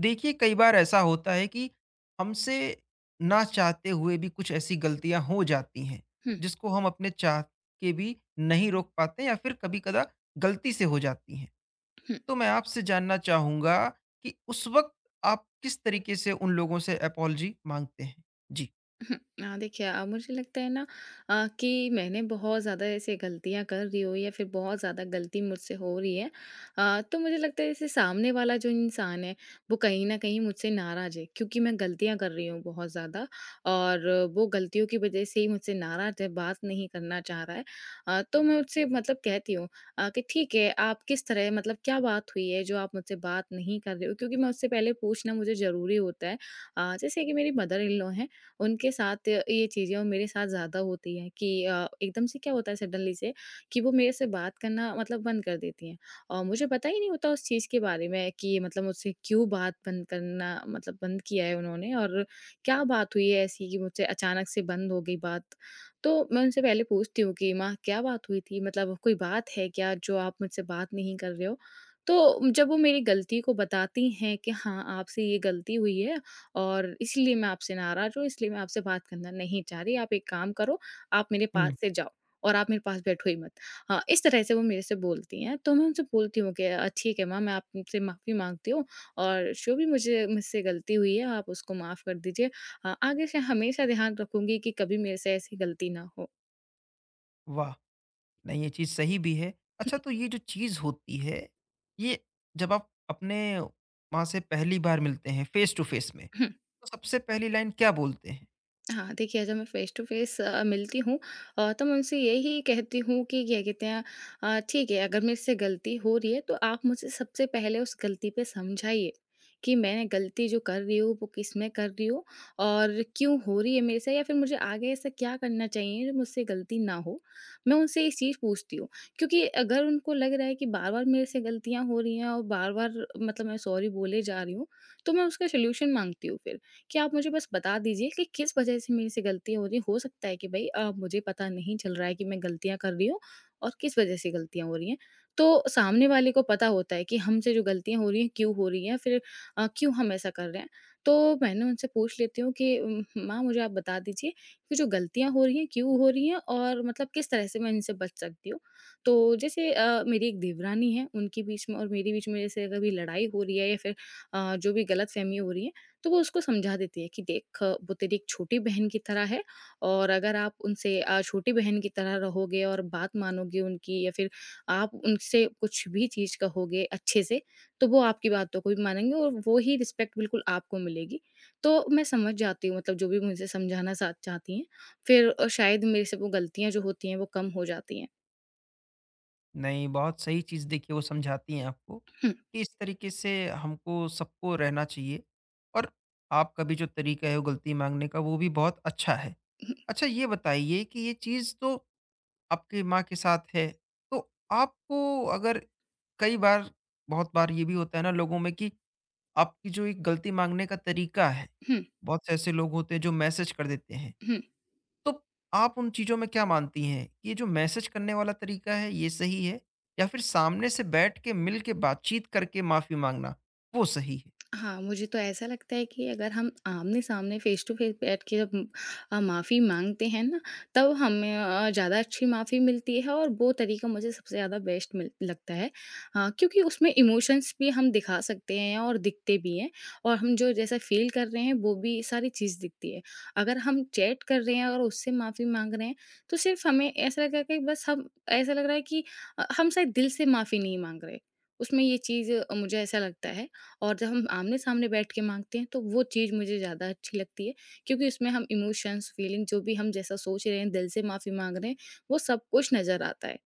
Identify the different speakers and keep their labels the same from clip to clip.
Speaker 1: देखिए, कई बार ऐसा होता है कि हमसे ना चाहते हुए भी कुछ ऐसी गलतियां हो जाती हैं
Speaker 2: हुँ,
Speaker 1: जिसको हम अपने चाह के भी नहीं रोक पाते या फिर कभी कदा गलती से हो जाती हैं।
Speaker 2: हुँ,
Speaker 1: तो मैं आपसे जानना चाहूंगा कि उस वक्त आप किस तरीके से उन लोगों से अपॉलजी मांगते हैं? जी।
Speaker 2: हुँ। हाँ, देखिए मुझे लगता है ना कि मैंने बहुत ज़्यादा ऐसे गलतियाँ कर रही हो या फिर बहुत ज़्यादा गलती मुझसे हो रही है तो मुझे लगता है जैसे सामने वाला जो इंसान है, वो कहीं न कहीं मुझसे नाराज़ है क्योंकि मैं गलतियाँ कर रही हूँ बहुत ज़्यादा और वो गलतियों की वज़ह से ही मुझसे नाराज़ है, बात नहीं करना चाह रहा है। तो मैं उससे मतलब कहती हूँ कि ठीक है, आप किस तरह मतलब क्या बात हुई है जो आप मुझसे बात नहीं कर रहे हो? क्योंकि मैं उससे पहले पूछना मुझे ज़रूरी होता है। जैसे कि मेरी मदर इन लॉ हैं। उनके साथ ये चीज़ें और मेरे साथ ज़्यादा होती हैं कि एकदम से क्या होता है सडनली से कि वो मेरे से बात करना मतलब बंद कर देती हैं और मुझे पता ही नहीं होता उस चीज़ के बारे में कि मतलब मुझसे क्यों बात बंद करना मतलब बंद किया है उन्होंने और क्या बात हुई है ऐसी कि मुझसे अचानक से बंद हो गई बात। तो मैं उनसे पहले पूछती हूँ कि माँ क्या बात हुई थी? मतलब कोई बात है क्या जो आप मुझसे बात नहीं कर रहे हो? तो जब वो मेरी गलती को बताती हैं कि हाँ, आपसे ये गलती हुई है और इसलिए मैं आपसे नाराज़ हूँ, इसलिए मैं आपसे बात करना नहीं चाह रही। आप एक काम करो, आप मेरे पास
Speaker 1: हम्म।
Speaker 2: से जाओ और आप मेरे पास बैठो ही मत। हाँ, इस तरह से वो मेरे से बोलती हैं, तो मैं उनसे बोलती हूँ कि ठीक है माँ, मैं आपसे माफ़ी माँगती हूँ और जो भी मुझे मुझसे गलती हुई है, आप उसको माफ़ कर दीजिए। आगे से हमेशा ध्यान रखूँगी कि कभी मेरे से ऐसी गलती ना हो।
Speaker 1: वाह। नहीं, ये चीज़ सही भी है। अच्छा, तो ये जो चीज़ होती है, ये जब आप अपने माँ से पहली बार मिलते हैं फेस टू फेस में, तो सबसे पहली लाइन क्या बोलते हैं?
Speaker 2: हाँ, देखिए जब मैं फ़ेस टू फ़ेस मिलती हूँ तो मैं उनसे यही कहती हूँ कि क्या कहते हैं ठीक है अगर मेरे से गलती हो रही है तो आप मुझे सबसे पहले उस गलती पे समझाइए, कि मैंने गलती जो कर रही हूँ वो किसमें कर रही हूँ और क्यों हो रही है मेरे से या फिर मुझे आगे ऐसा क्या करना चाहिए जो मुझसे गलती ना हो? मैं उनसे ये चीज़ पूछती हूँ, क्योंकि अगर उनको लग रहा है कि बार-बार मेरे से गलतियाँ हो रही हैं और बार-बार मतलब मैं सॉरी बोले जा रही हूँ, तो मैं उसका सॉल्यूशन माँगती हूँ फिर। कि आप मुझे बस बता दीजिए कि किस वजह से मेरे से गलतियाँ हो रही हैं। हो सकता है कि भई मुझे पता नहीं चल रहा है कि मैं गलतियाँ कर रही हूँ और किस वजह से गलतियाँ हो रही हैं। तो सामने वाले को पता होता है कि हमसे जो गलतियाँ हो रही हैं, क्यों हो रही हैं, फिर क्यों हम ऐसा कर रहे हैं। तो मैंने उनसे पूछ लेती हूँ कि माँ मुझे आप बता दीजिए कि जो गलतियाँ हो रही हैं, क्यों हो रही हैं और मतलब किस तरह से मैं इनसे बच सकती हूँ। तो जैसे मेरी एक देवरानी है, उनके बीच में और मेरे बीच में जैसे कभी लड़ाई हो रही है या फिर जो भी गलतफ़हमी हो रही है तो वो उसको समझा देती है कि देख वो तेरी एक छोटी बहन की तरह है और अगर आप उनसे छोटी बहन की तरह रहोगे और बात मानोगे उनकी या फिर आप उनसे कुछ भी चीज़ कहोगे अच्छे से तो वो आपकी बातों को भी मानेंगे और वो ही रिस्पेक्ट बिल्कुल आपको मिलेगी। तो मैं समझ जाती हूँ मतलब जो भी मुझे समझाना सा चाहती हैं। फिर शायद मेरे से वो गलतियाँ जो होती हैं वो कम हो जाती हैं।
Speaker 1: नहीं, बहुत सही चीज़। देखिए, वो समझाती हैं आपको
Speaker 2: हुँ,
Speaker 1: कि इस तरीके से हमको सबको रहना चाहिए, और आपका भी जो तरीका है वो गलती माँगने का, वो भी बहुत अच्छा है।
Speaker 2: हुँ,
Speaker 1: अच्छा, ये बताइए कि ये चीज़ तो आपकी माँ के साथ है, तो आपको अगर कई बार, बहुत बार ये भी होता है ना लोगों में कि आपकी जो एक गलती माँगने का तरीका है,
Speaker 2: हुँ,
Speaker 1: बहुत से ऐसे लोग होते हैं जो मैसेज कर देते हैं।
Speaker 2: हुँ।
Speaker 1: तो आप उन चीज़ों में क्या मानती हैं? ये जो मैसेज करने वाला तरीका है, ये सही है? या फिर सामने से बैठ के मिल के बातचीत करके माफ़ी माँगना, वो सही है?
Speaker 2: हाँ, मुझे तो ऐसा लगता है कि अगर हम आमने-सामने, फ़ेस टू फ़ेस बैठ के जब माफ़ी माँगते हैं ना, तब हमें ज़्यादा अच्छी माफ़ी मिलती है और वो तरीका मुझे सबसे ज़्यादा बेस्ट मिल लगता है। क्योंकि उसमें इमोशंस भी हम दिखा सकते हैं और दिखते भी हैं और हम जो जैसा फ़ील कर रहे हैं, वो भी सारी चीज़ दिखती है। अगर हम चैट कर रहे हैं और उससे माफ़ी माँग रहे हैं, तो सिर्फ़ हमें ऐसा लग रहा है कि बस हम ऐसा लग रहा है कि हम शायद दिल से माफ़ी नहीं माँग रहे। उसमें ये चीज़ मुझे ऐसा लगता है। और जब हम आमने-सामने बैठ के माँगते हैं तो वो चीज़ मुझे ज़्यादा अच्छी लगती है क्योंकि उसमें हम इमोशंस, फीलिंग जो भी हम जैसा सोच रहे हैं, दिल से माफ़ी माँग रहे हैं, वो सब कुछ नज़र आता है।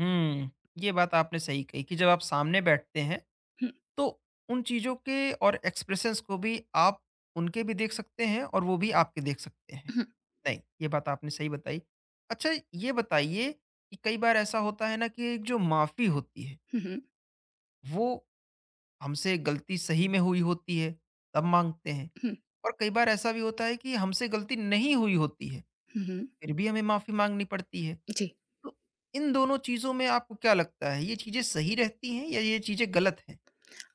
Speaker 1: हुँ। ये बात आपने सही कही कि जब आप सामने बैठते हैं,
Speaker 2: हुँ,
Speaker 1: तो उन चीज़ों के और एक्सप्रेशंस को भी आप उनके भी देख सकते हैं और वो भी आपके देख सकते हैं।
Speaker 2: हुँ,
Speaker 1: नहीं, ये बात आपने सही बताई। अच्छा, ये बताइए कि कई बार ऐसा होता है ना कि एक जो माफ़ी होती है,
Speaker 2: हुँ, हुँ,
Speaker 1: वो हमसे गलती सही में हुई होती है, तब माँगते हैं।
Speaker 2: हुँ,
Speaker 1: और कई बार ऐसा भी होता है कि हमसे गलती नहीं हुई होती है,
Speaker 2: हुँ, हुँ।
Speaker 1: फिर भी हमें माफ़ी माँगनी पड़ती है।
Speaker 2: जी।
Speaker 1: तो इन दोनों चीज़ों में आपको क्या लगता है, ये चीज़ें सही रहती हैं या ये चीज़ें गलत हैं?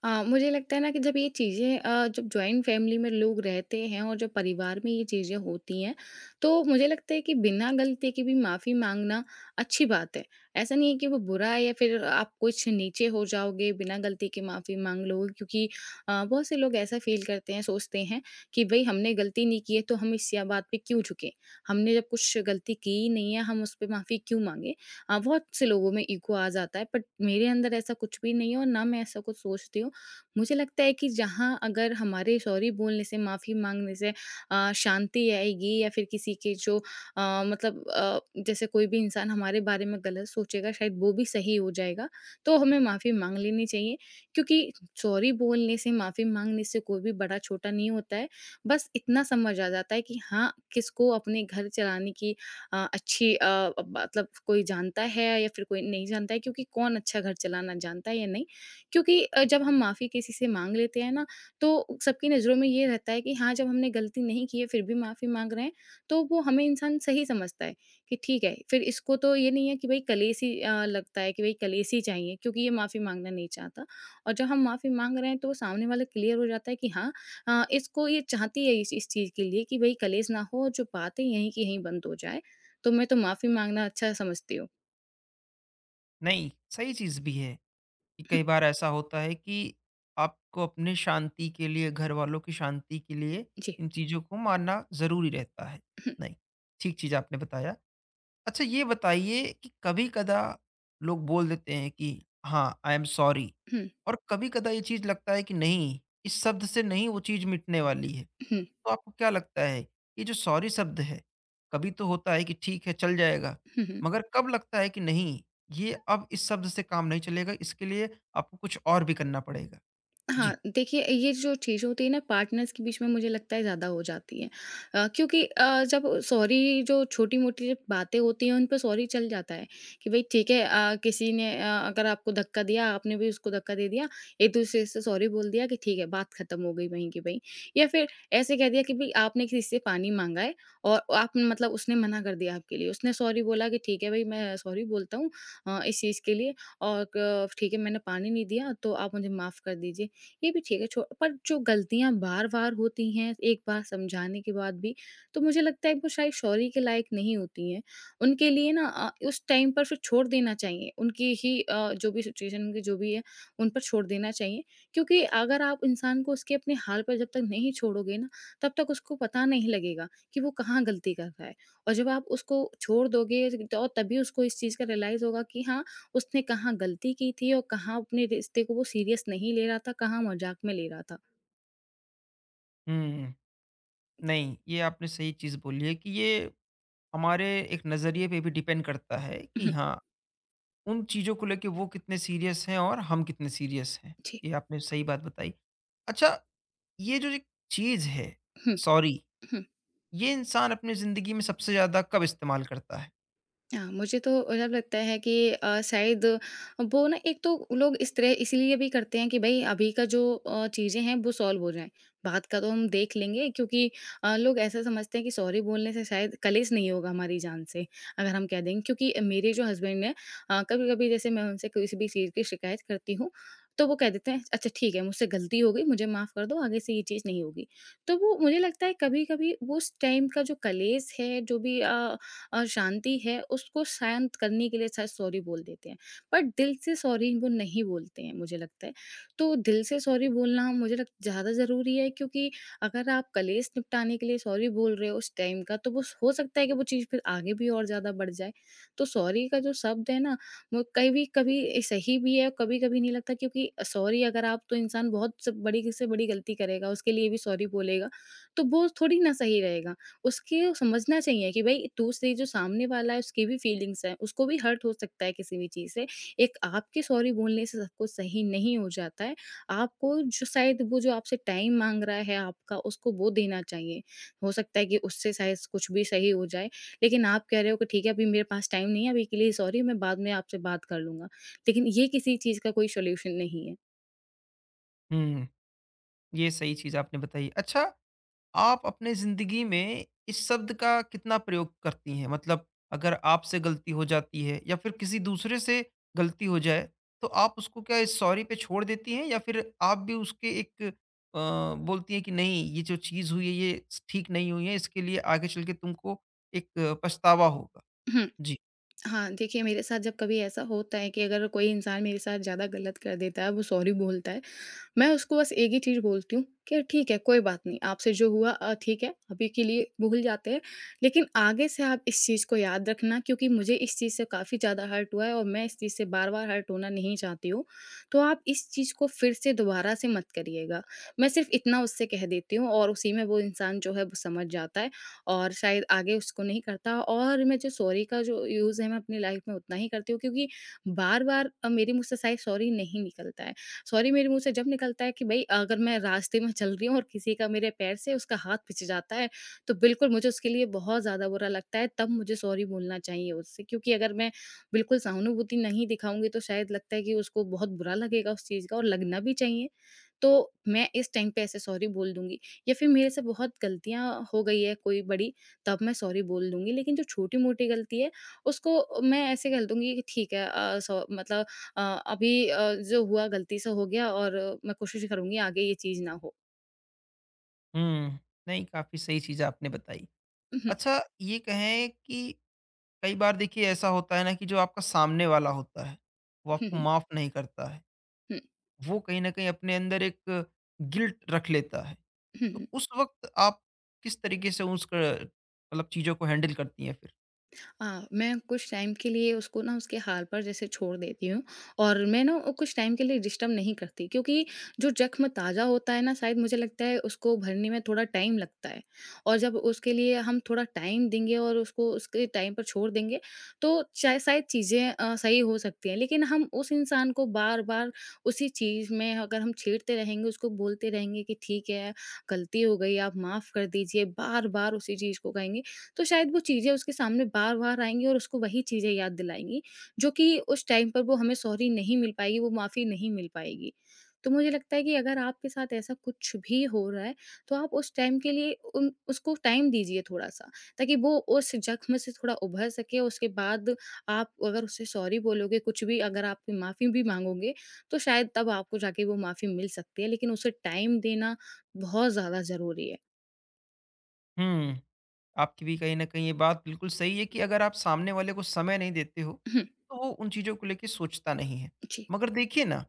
Speaker 2: मुझे लगता है ना कि जब ये चीज़ें जब जॉइंट फैमिली में लोग रहते हैं और जब परिवार में ये चीज़ें होती हैं, तो मुझे लगता है कि बिना गलती के भी माफ़ी माँगना अच्छी बात है। ऐसा नहीं है कि वो बुरा है या फिर आप कुछ नीचे हो जाओगे, बिना गलती के माफ़ी माँग लो क्योंकि बहुत से लोग ऐसा फ़ील करते हैं, सोचते हैं कि भई हमने गलती नहीं की है, तो हम इस या बात पे क्यों झुकें? हमने जब कुछ गलती की ही नहीं है, हम उस पे माफ़ी क्यों माँगे? बहुत से लोगों में ईगो आ जाता है, बट मेरे अंदर ऐसा कुछ भी नहीं है और ना मैं ऐसा कुछ सोचती हूँ। मुझे लगता है कि जहाँ अगर हमारे सॉरी बोलने से, माफ़ी माँगने से शांति आएगी या फिर किसी के जो मतलब जैसे कोई भी इंसान हमारे बारे में गलत सोचेगा शायद वो भी सही हो जाएगा, तो हमें माफ़ी माँग लेनी चाहिए। क्योंकि सॉरी बोलने से, माफ़ी माँगने से कोई भी बड़ा-छोटा नहीं होता है। बस इतना समझ आ जाता है कि हाँ, किसको अपने घर चलाने की अच्छी मतलब कोई जानता है या फिर कोई नहीं जानता है क्योंकि कौन अच्छा घर चलाना जानता है या नहीं। क्योंकि जब हम माफ़ी किसी से माँग लेते हैं ना, तो सबकी नज़रों में ये रहता है कि हाँ, जब हमने गलती नहीं की है, फिर भी माफ़ी माँग रहे हैं, तो वो हमें इंसान सही समझता है कि ठीक है, फिर इसको तो ये नहीं है कि भई कलेशी लगता है कि भई कलेशी चाहिए क्योंकि ये माफ़ी माँगना नहीं चाहता और जब हम माफ़ी माँग रहे हैं, तो सामने वाला क्लियर हो जाता है कि हाँ इसको ये चाहती है इस चीज़ के लिए कि भई कलेश ना हो और जो बातें यहीं की यहीं बंद हो जाए, तो मैं तो माफ़ी माँगना अच्छा समझती हूँ।
Speaker 1: नहीं, सही चीज़ भी है कि कई बार ऐसा होता है कि आपको अपने शांति के लिए, घरवालों की शांति के लिए
Speaker 2: जी।
Speaker 1: इन चीज़ों को मानना ज़रूरी रहता है।
Speaker 2: हुँ,
Speaker 1: नहीं, ठीक चीज़ आपने बताया। अच्छा, ये बताइए कि कभी कदा लोग बोल देते हैं कि हाँ, आई एम सॉरी।
Speaker 2: हुँ,
Speaker 1: और कभी कदा ये चीज लगता है कि नहीं, इस शब्द से नहीं वो चीज मिटने वाली है।
Speaker 2: हुँ,
Speaker 1: तो आपको क्या लगता है, ये जो सॉरी शब्द है, कभी तो होता है कि ठीक है, चल जाएगा,
Speaker 2: हुँ, हुँ।
Speaker 1: मगर कब लगता है कि नहीं, ये अब इस शब्द से काम नहीं चलेगा, इसके लिए आपको कुछ और भी करना पड़ेगा?
Speaker 2: हाँ,
Speaker 1: जी।
Speaker 2: देखिए ये जो चीज़ होती है ना पार्टनर्स के बीच में मुझे लगता है ज़्यादा हो जाती है। क्योंकि जब सॉरी जो छोटी-मोटी जब बातें होती हैं उन पे सॉरी चल जाता है कि भई ठीक है किसी ने अगर आपको धक्का दिया, आपने भी उसको धक्का दे दिया, एक-दूसरे से सॉरी बोल दिया कि ठीक है बात खत्म हो गई वहीं की वहीं। या फिर ऐसे कह दिया कि भई आपने किसी से पानी माँगा है और आप मतलब उसने मना कर दिया आपके लिए। उसने सॉरी बोला कि ठीक है भई मैं सॉरी बोलता हूँ इस चीज़ के लिए और क ठीक है मैंने पानी नहीं दिया तो आप मुझे माफ़ कर दीजिए। ये भी ठीक है छो पर जो गलतियाँ बार-बार होती हैं, एक बार समझाने के बाद भी, तो मुझे लगता है वो शायद सॉरी के लायक नहीं होती हैं। उनके लिए ना उस टाइम पर फिर छोड़ देना चाहिए। उनकी ही जो भी सिचुएशन उनकी जो भी है, उन पर छोड़ देना चाहिए। क्योंकि अगर आप इंसान को उसके अपने हाल पर जब तक नहीं छोड़ोगे ना, तब तक उसको पता नहीं लगेगा कि वो कहाँ गलती कर रहा है। और जब आप उसको छोड़ दोगे तो तभी उसको इस चीज़ का रियलाइज़ होगा कि हाँ, उसने कहाँ गलती की थी और कहाँ अपने रिश्ते को वो सीरियस नहीं ले रहा था, कहाँ मज़ाक में ले रहा था।
Speaker 1: हम्म। नहीं, ये आपने सही चीज बोली है कि ये हमारे एक नजरिए पे भी डिपेंड करता है कि हाँ, उन चीज़ों को लेके वो कितने सीरियस हैं और हम कितने सीरियस हैं।
Speaker 2: जी।
Speaker 1: ये आपने सही बात बताई। अच्छा, ये जो एक चीज़ है, सॉरी, ये इंसान अपनी ज़िंदगी में सबसे ज़्यादा कब इस्तेमाल करता है?
Speaker 2: हाँ, मुझे तो जब लगता है कि शायद वो ना एक तो लोग इस तरह इसीलिए भी करते हैं कि भाई अभी का जो चीज़ें हैं वो सॉल्व हो जाएँ। बात का तो हम देख लेंगे क्योंकि लोग ऐसा समझते हैं कि सॉरी बोलने से शायद कलेश नहीं होगा हमारी जान से, अगर हम कह देंगे। क्योंकि मेरे जो हस्बैंड हैं कभी-कभी जैसे मैं उनसे किसी भी चीज़ की शिकायत करती हूँ, तो वो कह देते हैं, "अच्छा ठीक है, मुझसे गलती हो गई, मुझे माफ़ कर दो, आगे से ये चीज़ नहीं होगी।" तो वो मुझे लगता है कभी-कभी उस टाइम का जो कलेश है, जो भी अ अ, शांति है उसको शांत करने के लिए शायद सॉरी बोल देते हैं बट दिल से सॉरी वो नहीं बोलते हैं मुझे लगता है। तो दिल से सॉरी बोलना मुझे लग ज़्यादा ज़रूरी है क्योंकि अगर आप कलेश निपटाने के लिए सॉरी बोल रहे हो उस टाइम का, तो वो हो सकता है कि वो चीज़ फिर आगे भी और ज़्यादा बढ़ जाए। तो सॉरी का जो शब्द है ना, वो कभी कभी सही भी है, कभी कभी नहीं लगता क्योंकि सॉरी अगर आप तो इंसान बहुत से बड़ी गलती करेगा उसके लिए भी सॉरी बोलेगा, तो वो थोड़ी ना सही रहेगा। उसके समझना चाहिए कि भई दूसरी जो सामने वाला है उसकी भी फीलिंग्स हैं, उसको भी हर्ट हो सकता है किसी भी चीज़ से। एक आपके सॉरी बोलने से सब कुछ सही नहीं हो जाता है। आपको जो शायद वो जो आपसे टाइम माँग रहा है आपका, उसको वो देना चाहिए। हो सकता है कि उससे शायद कुछ भी सही हो जाए। लेकिन आप कह रहे हो कि ठीक है, अभी मेरे पास टाइम नहीं है, अभी के लिए सॉरी, मैं बाद में आपसे बात कर लूँगा। लेकिन ये किसी चीज़ का कोई सॉल्यूशन नहीं है।
Speaker 1: हुँ, ये सही चीज़ आपने बताई। अच्छा, आप अपने ज़िंदगी में इस शब्द का कितना प्रयोग करती हैं? मतलब, अगर आपसे गलती हो जाती है या फिर किसी दूसरे से गलती हो जाए, तो आप उसको क्या इस सॉरी पे छोड़ देती हैं, या फिर आप भी उसके एक अ, बोलती हैं कि नहीं, ये जो चीज़ हुई है ये स ठीक नहीं हुई है, इसके लिए आगे चल के तुमको एक पछतावा होगा?
Speaker 2: हम्म।
Speaker 1: जी।
Speaker 2: हाँ, देखिए मेरे साथ जब कभी ऐसा होता है कि अगर कोई इंसान मेरे साथ ज़्यादा गलत कर देता है, वो सॉरी बोलता है, मैं उसको बस एक ही चीज़ बोलती हूँ कि ठीक है, कोई बात नहीं, आपसे जो हुआ ठीक है, अभी के लिए भूल जाते हैं, लेकिन आगे से आप इस चीज़ को याद रखना क्योंकि मुझे इस चीज़ से काफ़ी ज़्यादा हर्ट हुआ है और मैं इस चीज़ से बार-बार हर्ट होना नहीं चाहती हूँ। तो आप इस चीज़ को फिर से दोबारा से मत करिएगा। मैं सिर्फ़ इतना उससे कह देती हूँ और उसी में वो इंसान जो है वो समझ जाता है, और शायद आगे उसको नहीं करता। और मैं जो सॉरी का जो यूज़ है मैं अपनी लाइफ़ में उतना ही करती हूँ क्योंकि बार-बार मेरे मुँह से शायद सॉरी नहीं निकलता है। सॉरी मेरे मुंह से जब निकलता है कि भाई अगर मैं रास्ते में चल रही हूँ और किसी का मेरे पैर से उसका हाथ पिच जाता है, तो बिल्कुल मुझे उसके लिए बहुत ज़्यादा बुरा लगता है, तब मुझे सॉरी बोलना चाहिए उससे क्योंकि अगर मैं बिल्कुल सहानुभूति नहीं दिखाऊंगी तो शायद लगता है कि उसको बहुत बुरा लगेगा उस चीज़ का, और लगना भी चाहिए। तो मैं इस टाइम पे ऐसे सॉरी बोल दूंगी, या फिर मेरे से बहुत गलतियां हो गई है कोई बड़ी, तब मैं सॉरी बोल दूंगी। लेकिन जो छोटी मोटी गलती है उसको मैं ऐसे कह दूंगी कि ठीक है, मतलब अ, अभी जो हुआ गलती से हो गया, और मैं कोशिश करूँगी आगे ये चीज़ ना हो।
Speaker 1: हुँ, नहीं, काफ़ी सही चीज़ आपने बताई।
Speaker 2: हम्म।
Speaker 1: अच्छा, ये कहें कि कई बार देखिए ऐसा होता है ना कि जो आपका सामने वाला होता है, वो आपको
Speaker 2: हम्म।
Speaker 1: माफ़ नहीं करता है।
Speaker 2: हम्म।
Speaker 1: वो कहीं न कहीं अपने अंदर एक गिल्ट रख लेता है।
Speaker 2: हम्म।
Speaker 1: तो उस वक़्त आप किस तरीके से उस क मतलब चीज़ों को हैंडल करती हैं फिर?
Speaker 2: हाँ, मैं कुछ टाइम के लिए उसको ना उसके हाल पर जैसे छोड़ देती हूँ, और मैं ना वो कुछ टाइम के लिए डिस्टर्ब नहीं करती क्योंकि जो ज़ख्म ताज़ा होता है ना शायद मुझे लगता है उसको भरने में थोड़ा टाइम लगता है। और जब उसके लिए हम थोड़ा टाइम देंगे और उसको उसके टाइम पर छोड़ देंगे तो शायद चीज़ें सही हो सकती हैं। लेकिन हम उस इंसान को बार बार उसी चीज़ में अगर हम छेड़ते रहेंगे, उसको बोलते रहेंगे कि ठीक है गलती हो गई आप माफ़ कर दीजिए, बार बार उसी चीज़ को कहेंगे, तो शायद वो चीज़ें उसके सामने बार-बार आएँगी और उसको वही चीज़ें याद दिलाएँगी, जो कि उस टाइम पर वो हमें सॉरी नहीं मिल पाएगी, वो माफ़ी नहीं मिल पाएगी। तो मुझे लगता है कि अगर आपके साथ ऐसा कुछ भी हो रहा है, तो आप उस टाइम के लिए उन उसको टाइम दीजिए थोड़ा-सा, ताकि वो उस ज़ख्म से थोड़ा उभर सके। उसके बाद आप अगर उससे सॉरी बोलोगे, कुछ भी अगर आप माफ़ी भी माँगोगे, तो शायद तब आपको जाके वो माफ़ी मिल सकती है, लेकिन उसे टाइम देना बहुत ज़्यादा ज़रूरी है।
Speaker 1: हुँ, आपकी भी कहीं न कहीं ये बात बिल्कुल सही है कि अगर आप सामने वाले को समय नहीं देते हो,
Speaker 2: हुँ।
Speaker 1: तो वो उन चीज़ों को लेके सोचता नहीं है।
Speaker 2: जी।
Speaker 1: मगर देखिए ना,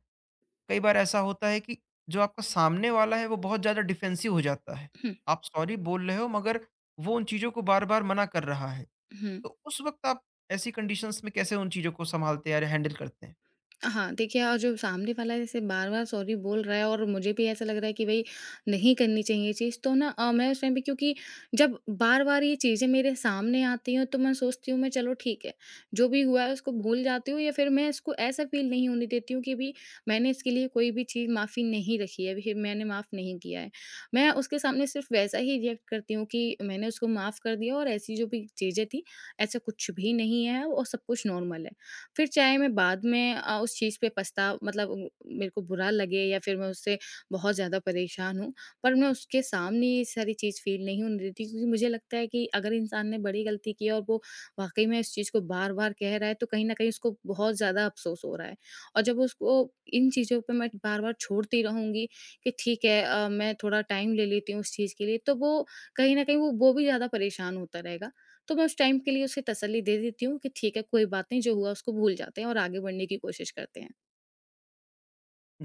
Speaker 1: कई बार ऐसा होता है कि जो आपका सामने वाला है वो बहुत ज़्यादा डिफेंसिव हो जाता है।
Speaker 2: हुँ।
Speaker 1: आप सॉरी बोल रहे हो मगर वो उन चीज़ों को बार-बार मना कर रहा है।
Speaker 2: हुँ।
Speaker 1: तो उस वक़्त आप ऐसी कंडीशंस में कैसे उन चीज़ों को सँभालते हैं या हैंडल करते हैं?
Speaker 2: हाँ, देखिए और जो सामने वाला जैसे बार-बार सॉरी बोल रहा है और मुझे भी ऐसा लग रहा है कि भई नहीं करनी चाहिए ये चीज़, तो ना मैं उस टाइम पे क्योंकि जब बार-बार ये चीज़ें मेरे सामने आती हैं तो मैं सोचती हूँ मैं चलो ठीक है, जो भी हुआ है उसको भूल जाती हूँ, या फिर मैं इसको ऐसा फ़ील नहीं होने देती हूँ कि भई मैंने इसके लिए कोई भी चीज़ माफ़ी नहीं रखी है, फिर मैंने माफ़ नहीं किया है। मैं उसके सामने सिर्फ़ वैसा ही रिएक्ट करती हूँ कि मैंने उसको माफ़ कर दिया और ऐसी जो भी चीज़ें थी, ऐसा कुछ भी नहीं है और सब कुछ नॉर्मल है। फिर चाहे मैं बाद में उस चीज़ पे पछता मतलब उ मेरे को बुरा लगे या फिर मैं उससे बहुत ज़्यादा परेशान हूँ, पर मैं उसके सामने ये सारी चीज़ फ़ील नहीं होने देती क्योंकि मुझे लगता है कि अगर इंसान ने बड़ी गलती की है और वो वाक़ई में इस चीज़ को बार-बार कह रहा है, तो कहीं न कहीं उसको बहुत ज़्यादा अफ़सोस हो रहा है। और जब उसको इन चीज़ों पे मैं बार-बार छोड़ती रहूँगी कि ठीक है मैं थोड़ा टाइम ले लेती हूँ उस चीज़ के लिए, तो वो कहीं न कहीं वो भी ज़्यादा परेशान होता रहेगा। तो मैं उस टाइम के लिए उसे तसल्ली दे देती हूँ कि ठीक है, कोई बात नहीं, जो हुआ उसको भूल जाते हैं और आगे बढ़ने की कोशिश करते हैं।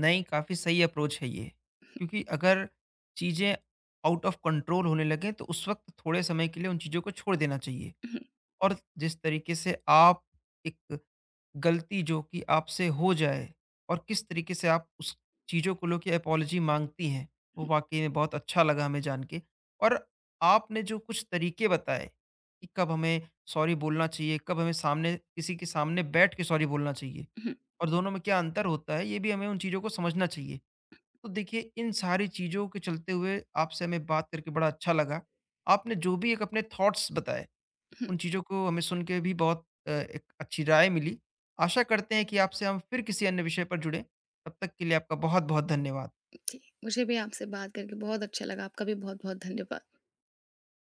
Speaker 1: नहीं, काफ़ी सही अप्रोच है ये। क्योंकि अगर चीज़ें आउट ऑफ कंट्रोल होने लगें, तो उस वक़्त थोड़े समय के लिए उन चीज़ों को छोड़ देना चाहिए।
Speaker 2: हम्म।
Speaker 1: और जिस तरीके से आप एक गलती जो कि आपसे हो जाए, और किस तरीके से आप उस चीज़ों को लेके अपॉलजी माँगती हैं, वो वाक़ई में बहुत अच्छा लगा हमें जान के। और आपने जो कुछ तरीके बताए कि कब हमें सॉरी बोलना चाहिए, कब हमें सामने किसी के सामने बैठ के सॉरी बोलना चाहिए
Speaker 2: हम्म। हम्म।
Speaker 1: और दोनों में क्या अंतर होता है, ये भी हमें उन चीज़ों को समझना चाहिए। तो देखिए, इन सारी चीज़ों के चलते हुए आपसे हमें बात करके बड़ा अच्छा लगा। आपने जो भी एक अपने थॉट्स बताए,
Speaker 2: हम्म।
Speaker 1: उन चीज़ों को हमें सुन के भी बहुत एक अच्छी राय मिली। आशा करते हैं कि आपसे हम फिर किसी अन्य विषय पर जुड़ें। तब तक के लिए आपका बहुत-बहुत धन्यवाद।
Speaker 2: जी, मुझे भी आपसे बात करके बहुत अच्छा लगा। आपका भी बहुत-बहुत धन्यवाद।